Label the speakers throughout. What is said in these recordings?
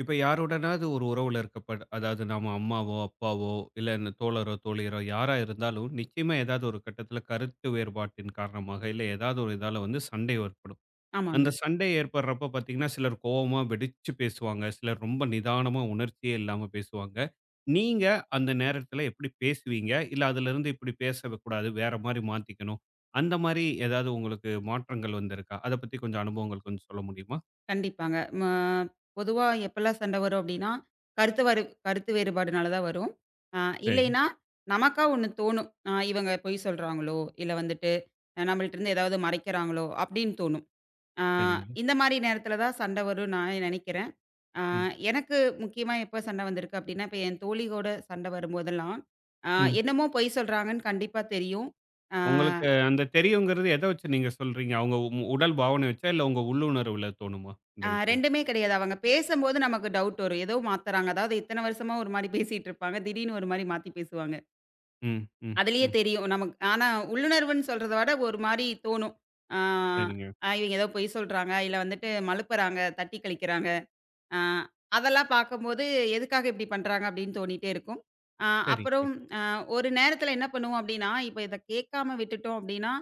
Speaker 1: இப்ப யாருடனாவது ஒரு உறவுல இருக்கப்ப அதாவது நாம அம்மாவோ, அப்பாவோ, இல்ல இந்த தோழரோ, தோழியரோ யாரா இருந்தாலும் நிச்சயமா ஏதாவது ஒரு கட்டத்துல கருத்து வேறுபாட்டின் காரணமாக, இல்ல ஏதாவது ஒரு இதால வந்து சண்டை ஏற்படும்.
Speaker 2: ஆமாங்க.
Speaker 1: அந்த சண்டை ஏற்படுறப்ப பாத்தீங்கன்னா, சிலர் கோவமா வெடிச்சு பேசுவாங்க. சிலர் ரொம்ப நிதானமா உணர்ச்சியே இல்லாம பேசுவாங்க. நீங்க அந்த நேரத்துல எப்படி பேசுவீங்க? இல்ல அதுலருந்து இப்படி பேசக்கூடாது, வேற மாரி மாத்திக்கணும். அந்த மாரி ஏதாவது உங்களுக்கு மாற்றங்கள் வந்திருக்கா? அத பத்தி கொஞ்சம் அனுபவங்கள் கொஞ்சம் சொல்ல முடியுமா?
Speaker 2: கண்டிப்பாங்க. பொதுவா எப்பலாம் சண்டை வரும் அப்டின்னா, கருத்து வேறுபாடுனால தான் வரும். அ
Speaker 1: சரிங்க,
Speaker 2: இல்லைன்னா, நமக்கா ஒண்ணு தோணும். இவங்க பொய் சொல்றாங்களோ! இல்ல வந்துட்டு நம்மள்ட்டருந்து ஏதாவது மறைக்கிறாங்களோ! அப்டின்னு தோணும். அ
Speaker 1: சரிங்க.
Speaker 2: இந்த மாரி நேரத்தில தான் சண்டை வரும்னு நான் நெனைக்கிறேன். அ
Speaker 1: ம்.
Speaker 2: எனக்கு முக்கியமா எப்ப சண்டை வந்திருக்கு அப்டின்னா, இப்ப என் தோழியோட சண்டை வரும்போதெல்லாம், அ
Speaker 1: ம்.
Speaker 2: என்னமோ பொய் சொல்றாங்கன்னு கண்டிப்பா தெரியும். அ
Speaker 1: உங்களுக்கு அந்த தெரியுங்கிறது எத வச்சு நீங்க சொல்றீங்க? அவங்க உடல் பாவனை வச்சா? இல்ல உங்க உள்ளுணர்வுல தோணுமா? இந்த
Speaker 2: ஆ
Speaker 1: விஷயம்.
Speaker 2: 2மே கிடையாது. அவங்க பேசம்போது நமக்கு டவுட் வரும். ஏதோ மாத்துறாங்க. அதாவது இத்தன வருஷமா ஒரு மாரி பேசிட்டு இருப்பாங்க. திடீர்னு ஒரு மாரி மாத்தி பேசுவாங்க.
Speaker 1: ம், ம்,
Speaker 2: அதிலேயே
Speaker 1: ம்.
Speaker 2: தெரியும் நமக்கு. ஆனா உள்ளுணர்வுன்னு சொல்றத விட ஒரு மாரி தோணும். ஆ
Speaker 1: சரிங்க.
Speaker 2: அ இவங்க ஏதோ பொய் சொல்றாங்க, இல்ல வந்துட்டு மழுப்புறாங்க, தட்டி கழிக்கிறாங்க. ஆ அதெல்லாம் பார்க்கும்போது எதுக்காக இப்படி பண்றாங்க அப்படின்னு தோணிட்டே இருக்கும். ஆ
Speaker 1: சரி,
Speaker 2: அப்புறம்
Speaker 1: சரி.
Speaker 2: அ ஒரு நேரத்தில என்ன பண்ணுவோம் அப்படின்னா, இப்ப இத கேட்காம விட்டுட்டோம் அப்படின்னா,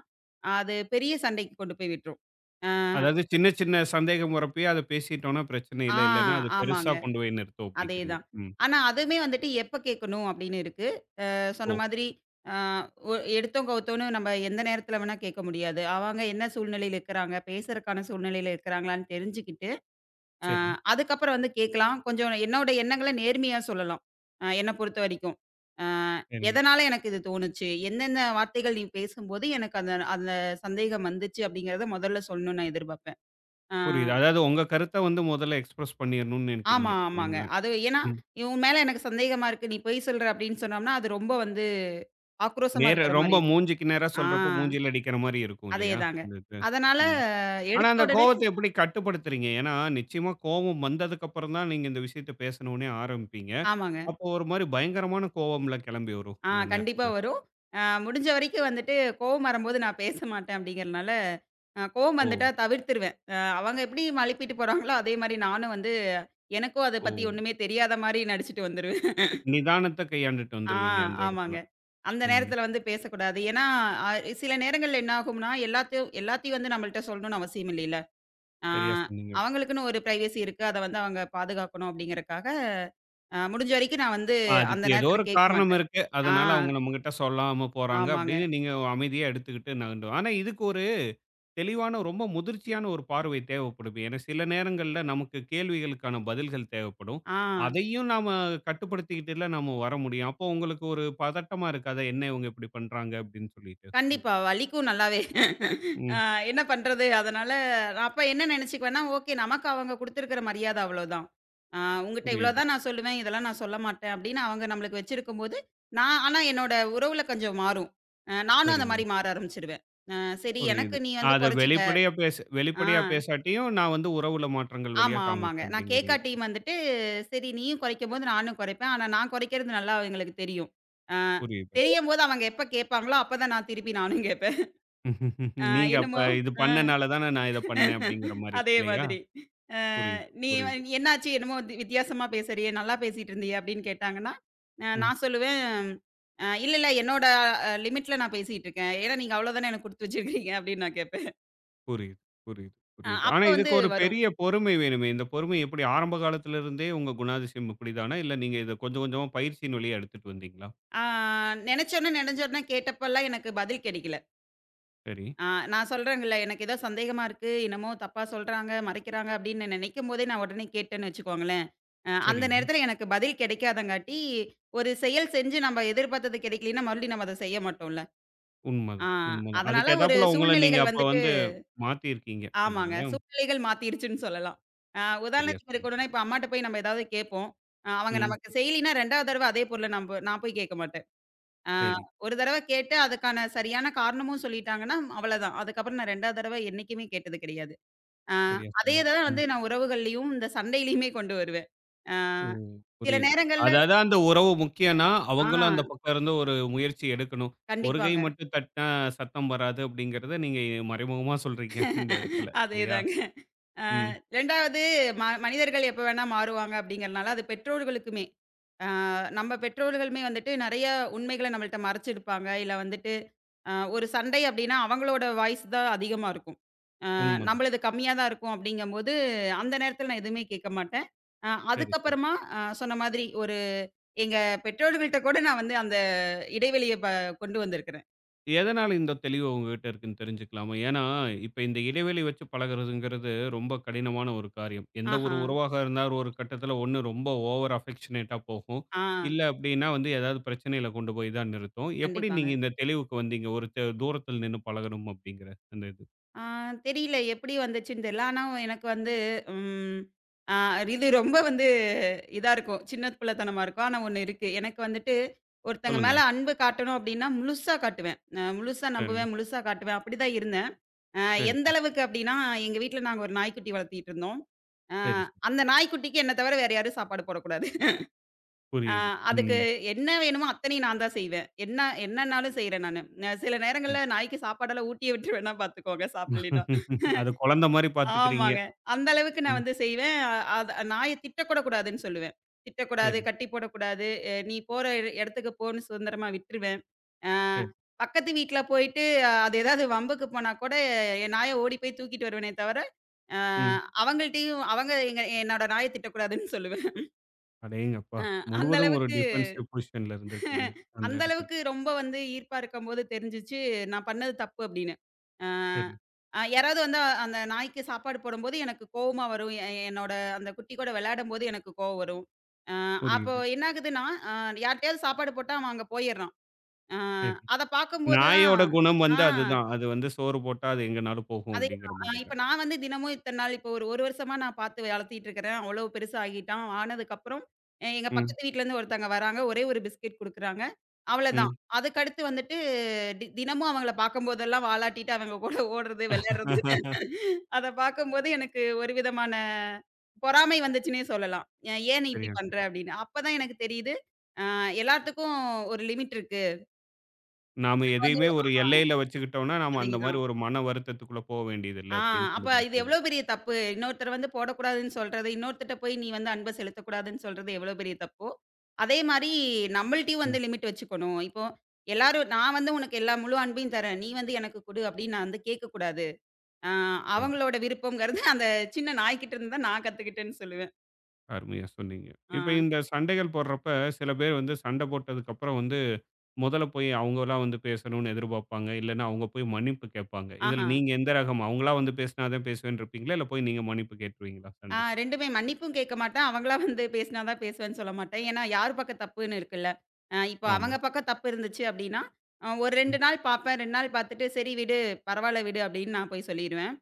Speaker 2: அது பெரிய சண்டைக்கு கொண்டு போய் விட்டுரும். ஆ
Speaker 1: அதாவது சின்ன சின்ன சந்தேகம் வரப்பயே அத பேசிட்டோம்னா பிரச்சனை இல்ல.
Speaker 2: ஆ
Speaker 1: இல்லன்னா அது பெருசா
Speaker 2: ஆமாங்க.
Speaker 1: கொண்டு போய் நிறுத்தும் அப்டிங்கிறீங்க.
Speaker 2: அதேதான்.
Speaker 1: ம்.
Speaker 2: ஆனா, அதுவுமே வந்துட்டு எப்ப கேட்கணும் அப்படின்னு இருக்கு. சொன்ன
Speaker 1: ஓ!
Speaker 2: மாதிரி அ ஒ எடுத்தோம் கவுத்தோன்னு நம்ம எந்த நேரத்துல வேணா கேட்க முடியாது. அவங்க என்ன சூழ்நிலையில இருக்கிறாங்க, பேசுறக்கான சூழ்நிலையில இருக்கிறாங்களான்னு தெரிஞ்சுக்கிட்டு, அ
Speaker 1: சரி,
Speaker 2: அதுக்கப்புறம் வந்து கேட்கலாம். கொஞ்சம் என்னோட எண்ணங்கள நேர்மையா சொல்லலாம். என்ன பொறுத்த வரைக்கும். அ
Speaker 1: சரி.
Speaker 2: எதனால எனக்கு இது தோணுச்சு? எந்தெந்த வார்த்தைகள் நீ பேசும்போது எனக்கு அந்த அந்த சந்தேகம் வந்துச்சு அப்படிங்கிறத முதல்ல சொல்லணும்னு நான் எதிர்பார்ப்பேன். அ.
Speaker 1: புரியுது. அதாவது உங்க கருத்த வந்து முதல்ல எக்ஸ்பிரஸ் பண்ணிரணும்னு
Speaker 2: ஆமா,
Speaker 1: நெனைக்கிறீங்க.
Speaker 2: ஆமாங்க.
Speaker 1: இல்லைங்களா?
Speaker 2: அது ஏன்னா,
Speaker 1: ம்.
Speaker 2: இவன் மேல எனக்கு சந்தேகமா இருக்கு. நீ பொய் சொல்ற அப்படின்னு சொன்னோம்னா, அது ரொம்ப வந்து ஆக்ரோஷமா
Speaker 1: நேர
Speaker 2: இருக்கிற
Speaker 1: ரொம்ப
Speaker 2: மாரி இருக்கும்.
Speaker 1: மூஞ்சிக்கு நேரா
Speaker 2: ஆ
Speaker 1: சொல்றப்போ மூஞ்சில அடிக்கிற மாரி இருக்கும் இல்லையா?
Speaker 2: அதேதாங்க.
Speaker 1: இந்த இது.
Speaker 2: அதனால
Speaker 1: ம். ஆனா,
Speaker 2: எடுத்த
Speaker 1: அந்த
Speaker 2: உடனே
Speaker 1: கோவத்த எப்படி கட்டுப்படுத்துறீங்க? ஏன்னா, நிச்சயமா கோவம் வந்ததுக்கு அப்புறம் தான் நீங்க இந்த விஷயத்த பேசணும்னே ஆரம்பிப்பீங்க.
Speaker 2: ஆமாங்க.
Speaker 1: அப்போ ஒரு மாரி பயங்கரமான கோவம்ல கிளம்பி வரும் அந்த
Speaker 2: கண்டிப்பா
Speaker 1: நேரத்துல.
Speaker 2: வரும். முடிஞ்ச வரைக்கும் வந்துட்டு கோவம் வரும்போது நான் பேச மாட்டேன் அப்படிங்கிறனால, கோவம்
Speaker 1: ஓ!
Speaker 2: வந்துட்டா தவிர்த்துருவேன். அவங்க எப்படி மழுப்பிட்டு போறாங்களோ, அதே மாரி நானும் வந்து எனக்கும் அத
Speaker 1: ஓ!
Speaker 2: பத்தி ஒண்ணுமே தெரியாத மாரி நடிச்சுட்டு வந்துருவேன்.
Speaker 1: நிதானத்த கையாண்டுட்டு
Speaker 2: ஆ,
Speaker 1: வந்துருவீங்க அந்த இடத்துல.
Speaker 2: ஆமாங்க. அந்த
Speaker 1: ம்.
Speaker 2: நேரத்துல வந்து பேசக்கூடாது. ஏன்னா, அ சில நேரங்கள்ல என்ன ஆகும்னா, எல்லாத்தையும் எல்லாத்தையும் வந்து நம்மள்ட்ட சொல்லணும்னு அவசியம் இல்லைல்ல. ஆ
Speaker 1: சரியா சொன்னீங்க.
Speaker 2: அவங்களுக்குன்னு ஒரு பிரைவசி இருக்கு. அத வந்து அவங்க பாதுகாக்கணும் அப்படிங்கிறக்காக, முடிஞ்ச வரைக்கும் நான் வந்து அந்த
Speaker 1: அதுக்கு ஏதோ
Speaker 2: நேரத்துல
Speaker 1: ஒரு
Speaker 2: கேட்க
Speaker 1: காரணம்
Speaker 2: மாட்டேன்.
Speaker 1: இருக்கு.
Speaker 2: ஆ,
Speaker 1: அதனால அவங்க நம்மகிட்ட சொல்லாம போறாங்க
Speaker 2: ஆமாங்க.
Speaker 1: அப்படின்னு நீங்க அமைதியா எடுத்துக்கிட்டு நகண்டு ஆனா இதுக்கு தெளிவான ரொம்ப முதிர்ச்சியான ஒரு பார்வை தேவைப்படுது. ஏன்னா சில நேரங்கள்ல நமக்கு கேள்விகளுக்கான பதில்கள் தேவைப்படும்.
Speaker 2: ஆ.
Speaker 1: அதையும் நாம கட்டுப்படுத்திக்கிட்டுல நம்ம வர முடியும். அப்போ உங்களுக்கு ஒரு பதட்டமா இருக்காதா? என்ன இவங்க இப்படி பண்றாங்க அப்படின்னு சொல்லிட்டு
Speaker 2: கண்டிப்பா.
Speaker 1: உங்களுக்கு?
Speaker 2: வலிக்கும் நல்லாவே. அ
Speaker 1: ம்.
Speaker 2: என்ன பண்றது? அதனால நான் அப்ப என்ன நெனச்சுக்குவேன்னா, ஓகே நமக்கு அவங்க குடுத்துருக்கிற மரியாத அவ்வளோதான். அ உங்கிட்ட இவ்வளோ
Speaker 1: புரியுது.
Speaker 2: தான் நான் சொல்லுவேன். இதெல்லாம் நான் சொல்ல மாட்டேன் அப்படின்னு அவங்க நம்மளுக்கு வச்சிருக்கும்போது, நான் ஆனா என்னோட உறவுல கொஞ்சம் மாறும். நானும் அந்த
Speaker 1: சரிங்க.
Speaker 2: மாரி மாற ஆரம்பிச்சுருவேன். அ சரி எனக்கு
Speaker 1: புரியுது.
Speaker 2: நீ வந்து
Speaker 1: அத
Speaker 2: கொறச்சுட்ட.
Speaker 1: வெளிப்படையா பேச
Speaker 2: ஆ
Speaker 1: வெளிப்படையா பேசாட்டியும் நான் வந்து உறவுல மாற்றங்கள் வழியா
Speaker 2: ஆமா, ஆமாங்க.
Speaker 1: காமிப்பேன்
Speaker 2: நான்
Speaker 1: அப்படிங்கிறீங்க.
Speaker 2: கேக்காட்டியும் வந்துட்டு, சரி நீயும் கொறைக்கும்போது நானும் கொறைப்பேன். ஆனா நான் கொறைக்கிறது நல்லா அவங்களுக்கு தெரியும். அ
Speaker 1: புரியுது.
Speaker 2: தெரியும்போது அவங்க எப்ப கேட்பாங்களோ, அப்ப தான் நான் திருப்பி நானும் கேட்பேன். அ
Speaker 1: நீங்க அப்ப
Speaker 2: என்னமோ
Speaker 1: இது
Speaker 2: அ.
Speaker 1: பண்ணனால தானே நான் இத பண்ணேன் அப்படிங்கிற மாரி
Speaker 2: அதே
Speaker 1: இல்லையா?
Speaker 2: மாதிரி. அ
Speaker 1: புரியுது,
Speaker 2: நீ வ
Speaker 1: புரியுது.
Speaker 2: நீ "என்னாச்சு? என்னமோ வித்தியாசமா பேசுறியே! நல்லா பேசிட்டு இருந்தியே!" அப்படின்னு கேட்டாங்கன்னா,
Speaker 1: ம்.
Speaker 2: நான் சொல்லுவேன், இல்ல, என்னோட லிமிட்ல நான் பேசிட்டு இருக்கேன். ஏன்னா நீங்க அவ்வளோ தானே எனக்கு குடுத்து வச்சிருக்கீங்க" அப்படின்னு நான் கேட்பேன்.
Speaker 1: புரியுது, புரியுது, புரியுது.
Speaker 2: அப்ப
Speaker 1: ஆனா இதுக்கு
Speaker 2: வந்து
Speaker 1: ஒரு
Speaker 2: வரும்.
Speaker 1: பெரிய பொறுமை வேணுமே! இந்த பொறுமை எப்படி ஆரம்ப காலத்துல இருந்தே உங்க குணாதிசயம் இப்படித்தானா? இல்ல நீங்க இத கொஞ்சம் கொஞ்சமா பயிற்சியின் வழியா எடுத்துட்டு வந்தீங்களா?
Speaker 2: ஆ நெனச்சோனே நெனஞ்சோனே கேட்டப்பலாம் எனக்கு பதில் கிடைக்கல.
Speaker 1: சரி,
Speaker 2: ஆ, நான் சொல்றேங்கல்ல, எனக்கு ஏதோ சந்தேகமா இருக்கு. என்னமோ தப்பா சொல்றாங்க, மறைக்கிறாங்க அப்படின்னு நினைக்கும்போதே நான் உடனே கேட்டேன்னு வச்சுக்கோங்களேன், அந்த
Speaker 1: சரிங்க.
Speaker 2: நேரத்தில எனக்கு பதில் கிடைக்காதங்காட்டி, ஒரு செயல் செஞ்சு நம்ம எதிர்பார்த்தது கிடைக்கலன்னா, மறுபடியும் நம்ம அத செய்ய மாட்டோம்ல. ஆ
Speaker 1: உண்மதான், உண்மதான்.
Speaker 2: அதனால
Speaker 1: அதுக்கு
Speaker 2: ஒரு
Speaker 1: எத்தாப்புல உங்கள நீங்க
Speaker 2: சூழ்நிலைகள்
Speaker 1: அப்ப
Speaker 2: வந்துட்டு
Speaker 1: வந்து மாத்தியிருக்கீங்க
Speaker 2: ஆமாங்க.
Speaker 1: இல்லைங்களா?
Speaker 2: சூழ்நிலைகள் மாத்திருச்சுன்னு சொல்லலாம். அ
Speaker 1: சரியா
Speaker 2: உதாரணத்துக்கு
Speaker 1: சொன்னீங்க.
Speaker 2: இருக்கணும்னா, இப்ப அம்மாட்ட போய் நம்ம ஏதாவது கேட்போம். அவங்க
Speaker 1: ம்.
Speaker 2: நமக்கு செய்யலின்னா 2வது தடவ அதே பொருள நம்ப நான் போய் கேட்க மாட்டேன். ஆ
Speaker 1: சரி,
Speaker 2: ஒரு தடவ கேட்டு அதுக்கான சரியான காரணமும் சொல்லிட்டாங்கன்னா, அவ்வளதான். அதுக்கப்புறம் நான் 2வது தடவ என்னைக்குமே கேட்டது கிடையாது. ஆ
Speaker 1: சரியா
Speaker 2: அதே
Speaker 1: சொன்னீங்க.
Speaker 2: தான்
Speaker 1: ம்.
Speaker 2: வந்து நான் உறவுகள்லயும், இந்த சண்டையிலயுமே கொண்டு வருவேன். ஆ
Speaker 1: ஓ!
Speaker 2: சில
Speaker 1: புரியுது.
Speaker 2: நேரங்கள்ல
Speaker 1: அதாவது அந்த உறவு முக்கியம்னா,
Speaker 2: ஆ
Speaker 1: அவங்களும் அந்த பக்கம் இருந்து ஒரு முயற்சி எடுக்கணும். ஒரு கை
Speaker 2: கண்டிப்பாங்க.
Speaker 1: மட்டும் தட்டினா சத்தம் வராது அப்படிங்கிறத நீங்க மறைமுகமா சொல்றீங்க இந்த இடத்துல இல்லையா?
Speaker 2: அதேதாங்க. ஆ
Speaker 1: ம்.
Speaker 2: 2வது மனிதர்கள் எப்ப வேணா மாறுவாங்க அப்படிங்கிறனால, அது பெற்றோர்களுக்குமே. ஆ நம்ம பெற்றோர்களுமே வந்துட்டு நெறைய உண்மைகள நம்மள்ட்ட மறைச்சிருப்பாங்க. இல்ல வந்துட்டு, ஒரு சண்டை அப்படின்னா அவங்களோட வாய்ஸ் தான் அதிகமா இருக்கும்.
Speaker 1: உண்ம
Speaker 2: நம்மளது கம்மியா தான் இருக்கும் அப்படிங்கும்போது, அந்த நேரத்தில நான் எதுவுமே கேட்க மாட்டேன்.
Speaker 1: சரி, சரி.
Speaker 2: அதுக்கப்புறமா சொன்ன மாதிரி ஒரு எங்க பெற்றோர்கள்ட்ட கூட நான் வந்து அந்த இடைவெளிய கொண்டு வந்திருக்கிறேன்.
Speaker 1: எதனால இந்த தெளிவு உங்ககிட்ட இருக்குன்னு தெரிஞ்சுக்கலாமா? ஏன்னா, இப்ப இந்த இடைவெளி வச்சு பழகுறதுங்கிறது ரொம்ப கடினமான ஒரு காரியம். எந்த
Speaker 2: ஆஹா.
Speaker 1: ஒரு உறவாக இருந்தாலும் ஒரு கட்டத்தில ஒண்ணு ரொம்ப ஓவர் அஃபெக்ஷனேட்டா போகும்.
Speaker 2: ஆ
Speaker 1: இல்ல அப்டின்னா வந்து ஏதாவது பிரச்சனையில கொண்டு போய் தான் நிறுத்தும். எப்படி
Speaker 2: கண்டிப்பாங்க.
Speaker 1: நீங்க இந்த தெளிவுக்கு வந்தீங்க? ஒரு தூரத்தில் நின்னு பழகணும் அப்படிங்கிற அந்த இது.
Speaker 2: ஆ தெரியல எப்படி வந்துச்சுன்னு தெரியல. ஆனா எனக்கு வந்து ம் அ இது ரொம்ப வந்து இதா இருக்கும். சின்ன பிள்ளைத்தனமா இருக்கும். ஆனா ஒண்ணு இருக்கு. எனக்கு வந்துட்டு ஒருத்தங்க மேல
Speaker 1: சொல்லுங்க.
Speaker 2: அன்பு காட்டணும் அப்படின்னா, முழுசா காட்டுவேன். முழுசா
Speaker 1: சரி,
Speaker 2: நம்புவேன், முழுசா காட்டுவேன். அப்படிதான் இருந்தேன். அ எந்த
Speaker 1: சரிங்க.
Speaker 2: அளவுக்கு அப்டின்னா, எங்க வீட்ல நாங்க ஒரு நாய்க்குட்டி வளர்த்திட்டு இருந்தோம். அ
Speaker 1: சரி, சரி.
Speaker 2: அந்த நாய்க்குட்டிக்கு என்ன தவிர வேற யாரும் சாப்பாடு போடக்கூடாது. அ
Speaker 1: புரியுது.
Speaker 2: அதுக்கு
Speaker 1: ம்.
Speaker 2: என்ன வேணுமோ அத்தனையும் நான் தான் செய்வேன். என்ன என்னன்னாலும் செய்றேன் நானு. சில
Speaker 1: சரி.
Speaker 2: நேரங்கள்ல நாய்க்கு சாப்பாடெல்லாம் ஊட்டியே விட்டுருவேன்னா பாத்துக்கோங்க சாப்பிடலைன்னா.
Speaker 1: அது குழந்தை மாரி பார்த்துக்கிறீங்க.
Speaker 2: ஆமாங்க. அந்த அளவுக்கு நான்
Speaker 1: ம்.
Speaker 2: வந்து செய்வேன். அத நாய திட்டக்கூட கூடாதுன்னு சொல்லுவேன். திட்டக்கூடாது,
Speaker 1: சரி,
Speaker 2: கட்டி போடக்கூடாது. நீ போற இடத்துக்கு போன்னு சுதந்திரமா விட்டுருவேன். அ
Speaker 1: சரி.
Speaker 2: பக்கத்து வீட்ல போயிட்டு அது ஏதாவது வம்புக்கு போனா கூட என் நாய ஓடி போய் தூக்கிட்டு வருவேனே தவிர, அ
Speaker 1: ம்.
Speaker 2: அவங்கள்ட்டயும் அவங்க எங்க என்னோட நாய திட்டக்கூடாதுன்னு சொல்லுவேன்.
Speaker 1: அடேங்கப்பா!
Speaker 2: அ அந்த
Speaker 1: முழுவதும் ஒரு
Speaker 2: அளவுக்கு
Speaker 1: டிஃபென்சிவ் பொசிஷன்ல இருந்திருக்கீங்க. அந்த
Speaker 2: அந்த
Speaker 1: இடத்துல.
Speaker 2: அளவுக்கு ரொம்ப வந்து ஈர்ப்பா இருக்கும்போது தெரிஞ்சுச்சு, நான் பண்ணது தப்பு அப்படின்னு. அ
Speaker 1: சரி,
Speaker 2: அ யாராவது வந்து அந்த நாய்க்கு சாப்பாடு போடும்போது எனக்கு கோவமா வரும். என்னோட அந்த குட்டி கூட விளையாடும்போது எனக்கு கோவம் வரும். அ அப்போ
Speaker 1: புரியுது.
Speaker 2: என்ன ஆகுதுன்னா, அ யார்ட்டயாவது சாப்பாடு போட்டா அவன் அங்க போயிர்றான். அ
Speaker 1: சரி.
Speaker 2: அத பார்க்கும்போது தான்
Speaker 1: நாயோட குணம்
Speaker 2: ஆ.
Speaker 1: வந்து அதுதான். அது வந்து சோறு போட்டா அது எங்கனாலும் போகும் அப்படிங்கிற
Speaker 2: அதேதான்.
Speaker 1: மாரி
Speaker 2: இப்ப
Speaker 1: தான்.
Speaker 2: நான் வந்து தினமும் இத்தன நாள் இப்போ ஒரு 1 வருஷமா நான் பார்த்து வளர்த்திட்டு இருக்கிறேன். அவ்வளோ பெருசா ஆகிட்டான். ஆனதுக்கப்புறம் எங்க
Speaker 1: ம்,
Speaker 2: பக்கத்து வீட்லருந்து ஒருத்தங்க வராங்க. ஒரே ஒரு பிஸ்கட் குடுக்குறாங்க. அவ்வளதான்.
Speaker 1: ம்.
Speaker 2: அதுக்கடுத்து வந்துட்டு தினமும் அவங்கள பார்க்கும்போதெல்லாம் வாலாட்டிட்டு அவங்க கூட ஓடுறது, விளையாடுறது. அத பார்க்கும்போது எனக்கு ஒரு விதமான பொறாமை வந்துச்சுன்னே சொல்லலாம். ஏன் நீ இப்படி
Speaker 1: சரியா சொ
Speaker 2: பண்ற?" அப்படின்னு. அப்பதான் எனக்கு தெரியுது, அ எல்லாத்துக்கும் ஒரு லிமிட் இருக்கு.
Speaker 1: நாம
Speaker 2: வந்து
Speaker 1: எதையுமே ஒரு எல்லையில வச்சுக்கிட்டோம்னா, நாம அந்த மாரி
Speaker 2: அதேதான்.
Speaker 1: ஒரு மன வருத்தத்துக்குள்ள போ
Speaker 2: ஆ
Speaker 1: வேண்டியதில்ல அப்படின்னு
Speaker 2: அப்ப இது
Speaker 1: கண்டுபிடிக்கிறீங்க.
Speaker 2: எவ்ளோ பெரிய தப்பு. இன்னொருத்தர் வந்து போடக்கூடாதுன்னு சொல்றது, இன்னொருத்தர்ட்ட போய் நீ வந்து அன்ப செலுத்தக்கூடாதுன்னு சொல்றது எவ்ளோ பெரிய தப்போ, அதே மாரி நம்மள்ட்டயும் வந்து லிமிட் வச்சுக்கணும். இப்போ எல்லாரும் நான் வந்து உனக்கு எல்லா முழு அன்பையும் தரேன். நீ வந்து எனக்கு குடு அப்படின்னு நான் வந்து கேட்கக்கூடாது. ஆ
Speaker 1: ம்.
Speaker 2: அவங்களோட விருப்பம்ங்கிறது அந்த சின்ன நாய்க்கிட்ட இருந்து தான் நான் கத்துக்கிட்டேன்னு சொல்லுவேன்.
Speaker 1: அருமையா சொன்னீங்க.
Speaker 2: ஆ.
Speaker 1: இப்ப இந்த சண்டைகள் போடுறப்ப, சில பேர் வந்து சண்டை போட்டதுக்கப்புறம் வந்து, முதல்ல போய் அவங்களா வந்து பேசணும்னு எதிர்பார்ப்பாங்க. இல்லன்னா அவங்க போய் மன்னிப்பு கேட்பாங்க. இதுல
Speaker 2: ஆஹா.
Speaker 1: நீங்க எந்த ரகம்? அவங்களா வந்து பேசினா தான் பேசுவேன்னு இருப்பீங்களா? இல்ல போய் நீங்க மன்னிப்பு கேட்டுருவீங்களா சண்டைக்கு?
Speaker 2: 2மே மன்னிப்பும் கேட்க மாட்டேன். அவங்களா வந்து பேசினா தான் பேசுவேன்னு சொல்ல மாட்டேன். ஏன்னா, யார் பக்கம் தப்புன்னு இருக்குல்ல. இப்போ
Speaker 1: ஆமா.
Speaker 2: அவங்க பக்கம் தப்பு இருந்துச்சு அப்படின்னா, ஒரு
Speaker 1: ம்.
Speaker 2: 2 நாள் பார்ப்பேன். 2 நாள் பார்த்துட்டு, "சரி விடு, பரவால்ல விடு" அப்படின்னு நான் போய் சொல்லிருவேன்.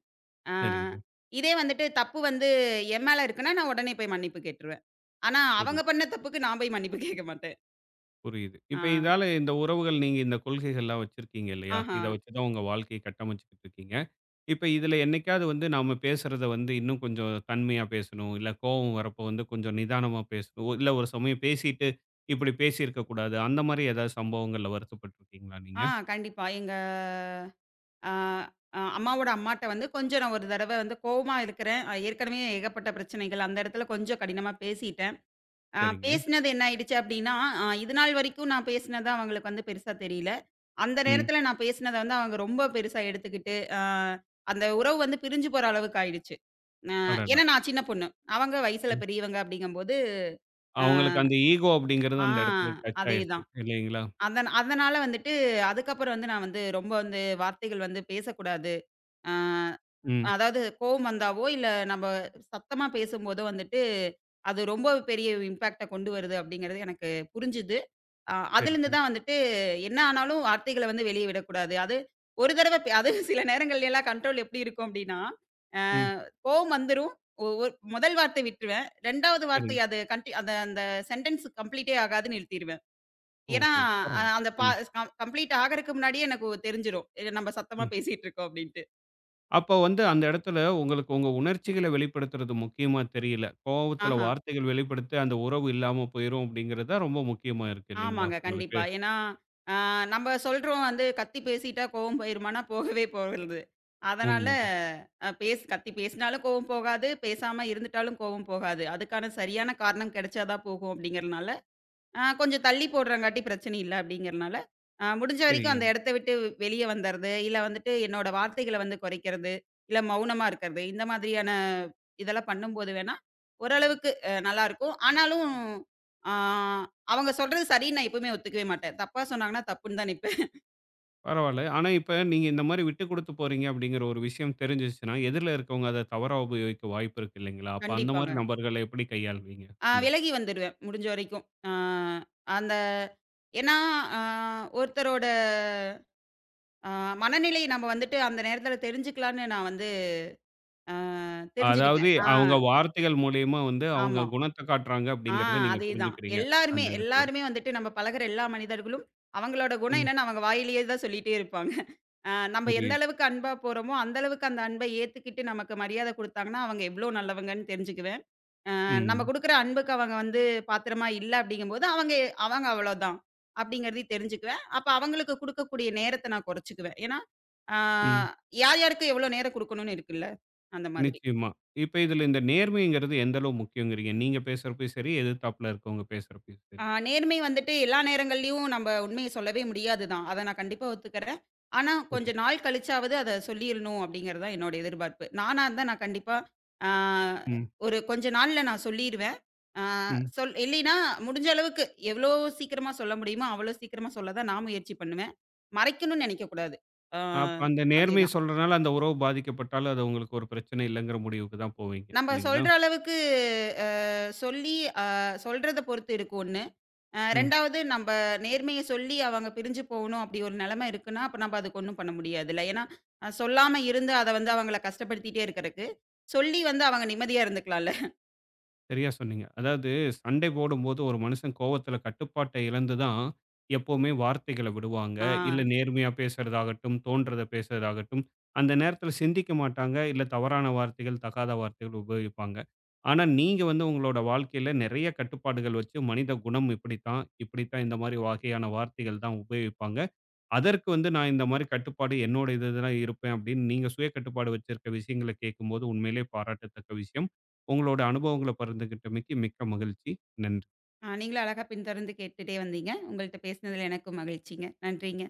Speaker 2: ஆ
Speaker 1: சரிங்க.
Speaker 2: இதே வந்துட்டு தப்பு வந்து என் மேல இருக்குன்னா, நான் உடனே போய் மன்னிப்பு கேட்டுருவேன். ஆனா, அவங்க
Speaker 1: புரியுது.
Speaker 2: பண்ண தப்புக்கு நான் போய் மன்னிப்பு கேட்க மாட்டேன்.
Speaker 1: புரியுது. இப்ப
Speaker 2: ஆ.
Speaker 1: இதால இந்த உறவுகள் நீங்க இந்த கொள்கைகள்லாம் வச்சிருக்கீங்க இல்லையா?
Speaker 2: ஆஹா.
Speaker 1: இத வச்சு தான் உங்க வாழ்க்கைய கட்டமைச்சுக்கிட்டு இருக்கீங்க. இப்ப இதுல என்னைக்காவது வந்து நாம பேசுறத வந்து இன்னும் கொஞ்சம் தன்மையா பேசணும். இல்ல கோவம் வரப்போ வந்து கொஞ்சம் நிதானமா பேசணும். இல்ல ஒரு சமயம் பேசிட்டு, இப்படி பேசியிருக்க கூடாது. அந்த மாரி ஏதாவது சம்பவங்கள்ல வருத்தப்பட்டுருக்கீங்களா நீங்க?
Speaker 2: ஆ கண்டிப்பா. எங்க ஆ அ அம்மாட்ட வந்து கொஞ்சம் நான் ஒரு தடவ வந்து கோவமா இருக்கிறேன். ஏற்கனவே ஏகப்பட்ட பிரச்சனைகள். அந்த இடத்துல கொஞ்சம் கடினமா பேசிட்டேன்.
Speaker 1: சரிங்க.
Speaker 2: பேசினது என்ன ஆயிடுச்சு அப்டின்னா, இதுநாள் வரைக்கும் நான் பேசினது அவங்களுக்கு வந்து பெருசா தெரியல. அந்த
Speaker 1: ம்.
Speaker 2: நேரத்தில நான் பேசினத வந்து அவங்க ரொம்ப பெருசா எடுத்துக்கிட்டு, அந்த உறவு வந்து பிரிஞ்சு போற அளவுக்கு ஆயிடுச்சு. அ
Speaker 1: அடடா!
Speaker 2: ஏன்னா நான் சின்ன பொண்ணு. அவங்க வயசுல
Speaker 1: ம்.
Speaker 2: பெரியவங்க அப்டிங்கும்போது, அ
Speaker 1: அவங்களுக்கு அந்த ஈகோ அப்படிங்கிறது
Speaker 2: ஆ
Speaker 1: அந்த இடத்துல டச் ஆயிருச்சு.
Speaker 2: அதேதான்.
Speaker 1: இல்லைங்களா?
Speaker 2: அதனால வந்துட்டு அதுக்கப்புறம் வந்து நான் வந்து ரொம்ப வந்து வார்த்தைகள் வந்து பேசக்கூடாது. அ
Speaker 1: ம்.
Speaker 2: அதாவது கோவம் வந்தாவோ, இல்ல நம்ம சத்தமா பேசும்போதோ வந்துட்டு, அது ரொம்ப பெரிய இம்பாக்ட்ட கொண்டு வருது அப்டிங்கிறது எனக்கு புரிஞ்சுது. அதிலிருந்து
Speaker 1: சரிங்க.
Speaker 2: தான் வந்துட்டு என்ன ஆனாலும் வார்த்தைகள வந்து வெளிய விடக்கூடாது. அது ஒரு தடவ பே அது சில நேரங்கள்ல எல்லாம் கண்ட்ரோல் எப்படி இருக்கும் அப்டின்னா, அ
Speaker 1: ம்.
Speaker 2: கோவம் வந்துரும். ஒரு முதல் வார்த்தை விட்டுருவேன். 2வது வார்த்தை
Speaker 1: சரிங்க.
Speaker 2: அது கன்டி அந்த அந்த சென்டென்ஸ் கம்ப்ளீட்டே ஆகாது நிறுத்திருவேன். ஏன்னா,
Speaker 1: ஓஹோ!
Speaker 2: அ
Speaker 1: பரவால்ல.
Speaker 2: அந்த பா
Speaker 1: ம்.
Speaker 2: கம்ப்ளீட் ஆகறக்கு முன்னாடியே எனக்கு தெரிஞ்சிரும். இது நம்ம சத்தமா
Speaker 1: ம்.
Speaker 2: பேசிட்டு இருக்கோம் அப்டின்ட்டு.
Speaker 1: அப்போ வந்து அந்த இடத்துல உங்களுக்கு உங்க உணர்ச்சிகள வெளிப்படுத்துறது முக்கியமா தெரியல. கோவத்துல
Speaker 2: ஆஹ.
Speaker 1: வார்த்தைகள் வெளிப்படுத்தி அந்த உறவு இல்லாம போயிரும் அப்படிங்கிறது தான் ரொம்ப முக்கியமா இருக்கு இல்லைங்களா?
Speaker 2: ஆமாங்க.
Speaker 1: உங்களுக்கு.
Speaker 2: கண்டிப்பா. ஏன்னா, ஆ நம்ம சொல்றோம் வந்து கத்தி பேசிட்டா கோவம் போயிருமான்னா, போகவே போகறது. அதனால
Speaker 1: உண்மதான்.
Speaker 2: அ பேசு கத்தி பேசினாலும் கோவம் போகாது. பேசாம இருந்துட்டாலும் கோவம் போகாது. அதுக்கான சரியான காரணம் கிடைச்சா தான் போகும் அப்படிங்கிறனால, கொஞ்சம் தள்ளி போடுறங்காட்டி பிரச்சனை இல்ல அப்படிங்கிறனால, முடிஞ்ச
Speaker 1: சரி
Speaker 2: வரைக்கும் அந்த இடத்த விட்டு வெளிய வந்துறது, இல்ல வந்துட்டு என்னோட வார்த்தைகள வந்து குறைக்கிறது, இல்ல மௌனமா இருக்கிறது, இந்த மாதிரியான இதெல்லாம் பண்ணும்போது வேணா, ஓரளவுக்கு நல்லாயிருக்கும். ஆனாலும் ஆ அவங்க சொல்றது சரின்னு நான் எப்பவுமே ஒத்துக்கவே மாட்டேன். தப்பா சொன்னாங்கன்னா தப்புன்னு தான் நிப்பேன்.
Speaker 1: பரவால்ல. ஆனா இப்ப நீங்க இந்த மாரி விட்டுக் குடுத்து போறீங்க அப்படிங்கிற ஒரு விஷயம் தெரிஞ்சுச்சுன்னா, எதிர்ல இருக்கவங்க அத தவறா உபயோகிக்க வாய்ப்பு இருக்கு இல்லைங்களா? அப்ப அந்த மாரி
Speaker 2: கண்டிப்பாங்க.
Speaker 1: நபர்கள எப்படி கையாளுவீங்க? இந்த இடத்துல?
Speaker 2: விலகி வந்துருவேன் முடிஞ்ச வரைக்கும். ஆ அந்த ஏன்னா அ ஒருத்தரோட அ மனநிலைய நம்ம வந்துட்டு அந்த நேரத்தில தெரிஞ்சுக்கலான்னு நான் வந்து ஆ தெரிஞ்சுக்கிட்டேன்.
Speaker 1: அதாவது
Speaker 2: ஆ,
Speaker 1: அவங்க வார்த்தைகள் மூலியமா வந்து அவங்க
Speaker 2: ஆமா.
Speaker 1: குணத்த காட்டுறாங்க
Speaker 2: ஆ
Speaker 1: அப்படிங்கிறத நீங்க
Speaker 2: அதேதான்.
Speaker 1: புரிஞ்சுக்கிறீங்க
Speaker 2: எல்லாருமே,
Speaker 1: அந்த இடத்துல.
Speaker 2: எல்லாருமே வந்துட்டு நம்ம பழகுற எல்லா மனிதர்களும், அவங்களோட குணம்
Speaker 1: ம்.
Speaker 2: என்னன்னு அவங்க வாயிலேயே தான் சொல்லிட்டே இருப்பாங்க. நம்ம எந்த
Speaker 1: புரியுது.
Speaker 2: அளவுக்கு அன்பா போறோமோ, அந்த அளவுக்கு அந்த அன்பை ஏத்துக்கிட்டு நமக்கு மரியாதை குடுத்தாங்கன்னா, அவங்க எவ்ளோ நல்லவங்கன்னு தெரிஞ்சுக்குவேன். நம்ம
Speaker 1: ம்.
Speaker 2: குடுக்குற அன்புக்கு அவங்க வந்து பாத்திரமா இல்ல அப்படிங்கும்போது, அவங்க அவங்க அவ்வளோதான் அப்படிங்கிறதையும் தெரிஞ்சுக்குவேன். அப்ப அவங்களுக்கு குடுக்கக்கூடிய நேரத்த நான் குறைச்சுக்குவேன். ஏன்னா, ஆ
Speaker 1: ம்.
Speaker 2: யார் யாருக்கு எவ்வளோ நேரம் குடுக்கணும்னு இருக்குல்ல. அந்த மாதிரி.
Speaker 1: நிச்சயமா. இப்ப இதுல இந்த நேர்மைங்கிறது எந்த அளவு முக்கியங்கிறீங்க? நீங்க பேசுறப்பயும் சரி, எதிர்த்தாப்புல இருக்கவங்க பேசுறப்பயும் சரி.
Speaker 2: நேர்மை வந்துட்டு எல்லா நேரங்கள்லயும் நம்ம உண்மைய சொல்லவே முடியாது தான். அத நான் கண்டிப்பா ஒத்துக்கிறேன். ஆனா,
Speaker 1: சரி.
Speaker 2: கொஞ்ச நாள் கழிச்சாவது அத சொல்லிரணும் அப்படிங்கிறது தான் என்னோட எதிர்பார்ப்பு. நானா இருந்தா நான் கண்டிப்பா ஆ
Speaker 1: ம்.
Speaker 2: ஒரு கொஞ்ச நாள்ல நான் சொல்லிருவேன். ஆ
Speaker 1: ம்.
Speaker 2: சொல் இல்லைன்னா முடிஞ்ச அளவுக்கு எவ்வளோ சீக்கிரமா சொல்ல முடியுமோ, அவ்வளோ சீக்கிரமா சொல்ல தான் நான் முயற்சி பண்ணுவேன். மறைக்கணும்னு நெனைக்கக்கூடாது. ஆ
Speaker 1: அப்ப அந்த நேர்மைய
Speaker 2: அதேதான்.
Speaker 1: சொல்றனால அந்த உறவு பாதிக்கப்பட்டாலும், அது உங்களுக்கு ஒரு பிரச்சனை இல்லங்கிற முடிவுக்கு தான் போவீங்க.
Speaker 2: நம்ம
Speaker 1: இல்லைங்களா?
Speaker 2: சொல்ற அளவுக்கு அ சொல்லி அ சொல்றத பொறுத்து இருக்கு ஒண்ணு.
Speaker 1: ம்.
Speaker 2: 2வது நம்ப நேர்மைய சொல்லி அவங்க பிரிஞ்சு போகணும் அப்படி ஒரு நிலைமை இருக்குன்னா, அப்ப நம்ப அதுக்கு ஒண்ணும் பண்ண முடியாதுல்ல. ஏன்னா, சொல்லாம இருந்து அத வந்து அவங்கள கஷ்டப்படுத்திட்டே இருக்கறக்கு, சொல்லி வந்து அவங்க நிம்மதியா இருந்துக்கலாம்ல.
Speaker 1: சரியா சொன்னீங்க. அதாவது சண்டை போடும்போது ஒரு மனுஷன் கோவத்தில கட்டுப்பாட்ட இழந்து தான் எப்பவுமே வார்த்தைகள விடுவாங்க.
Speaker 2: ஆ.
Speaker 1: இல்ல நேர்மையா பேசுறதாகட்டும், தோன்றத பேசுறதாகட்டும், அந்த நேரத்தில சிந்திக்க மாட்டாங்க. இல்ல தவறான வார்த்தைகள், தகாத வார்த்தைகள் உபயோகிப்பாங்க. ஆனா நீங்க வந்து உங்களோட வாழ்க்கையில நெறைய கட்டுப்பாடுகள் வச்சு மனித குணம் இப்படித்தான், இப்படித்தான் இந்த மாரி வகையான வார்த்தைகள் தான் உபயோகிப்பாங்க. அதற்கு வந்து நான் இந்த மாரி கட்டுப்பாடு என்னோட இது இதுல இருப்பேன் அப்படின்னு நீங்க சுய கட்டுப்பாடு வச்சிருக்க விஷயங்கள கேட்கும்போது உண்மையிலேயே பாராட்டத்தக்க விஷயம். உங்களோட அனுபவங்கள பகிர்ந்துகிட்டமைக்கு மிக்க மகிழ்ச்சி. நன்றி.
Speaker 2: அ நீங்களும் அழகா பின்தொடர்ந்து கேட்டுட்டே வந்தீங்க. உங்கள்ட்ட பேசினதுல எனக்கும் மகிழ்ச்சிங்க. நன்றிங்க.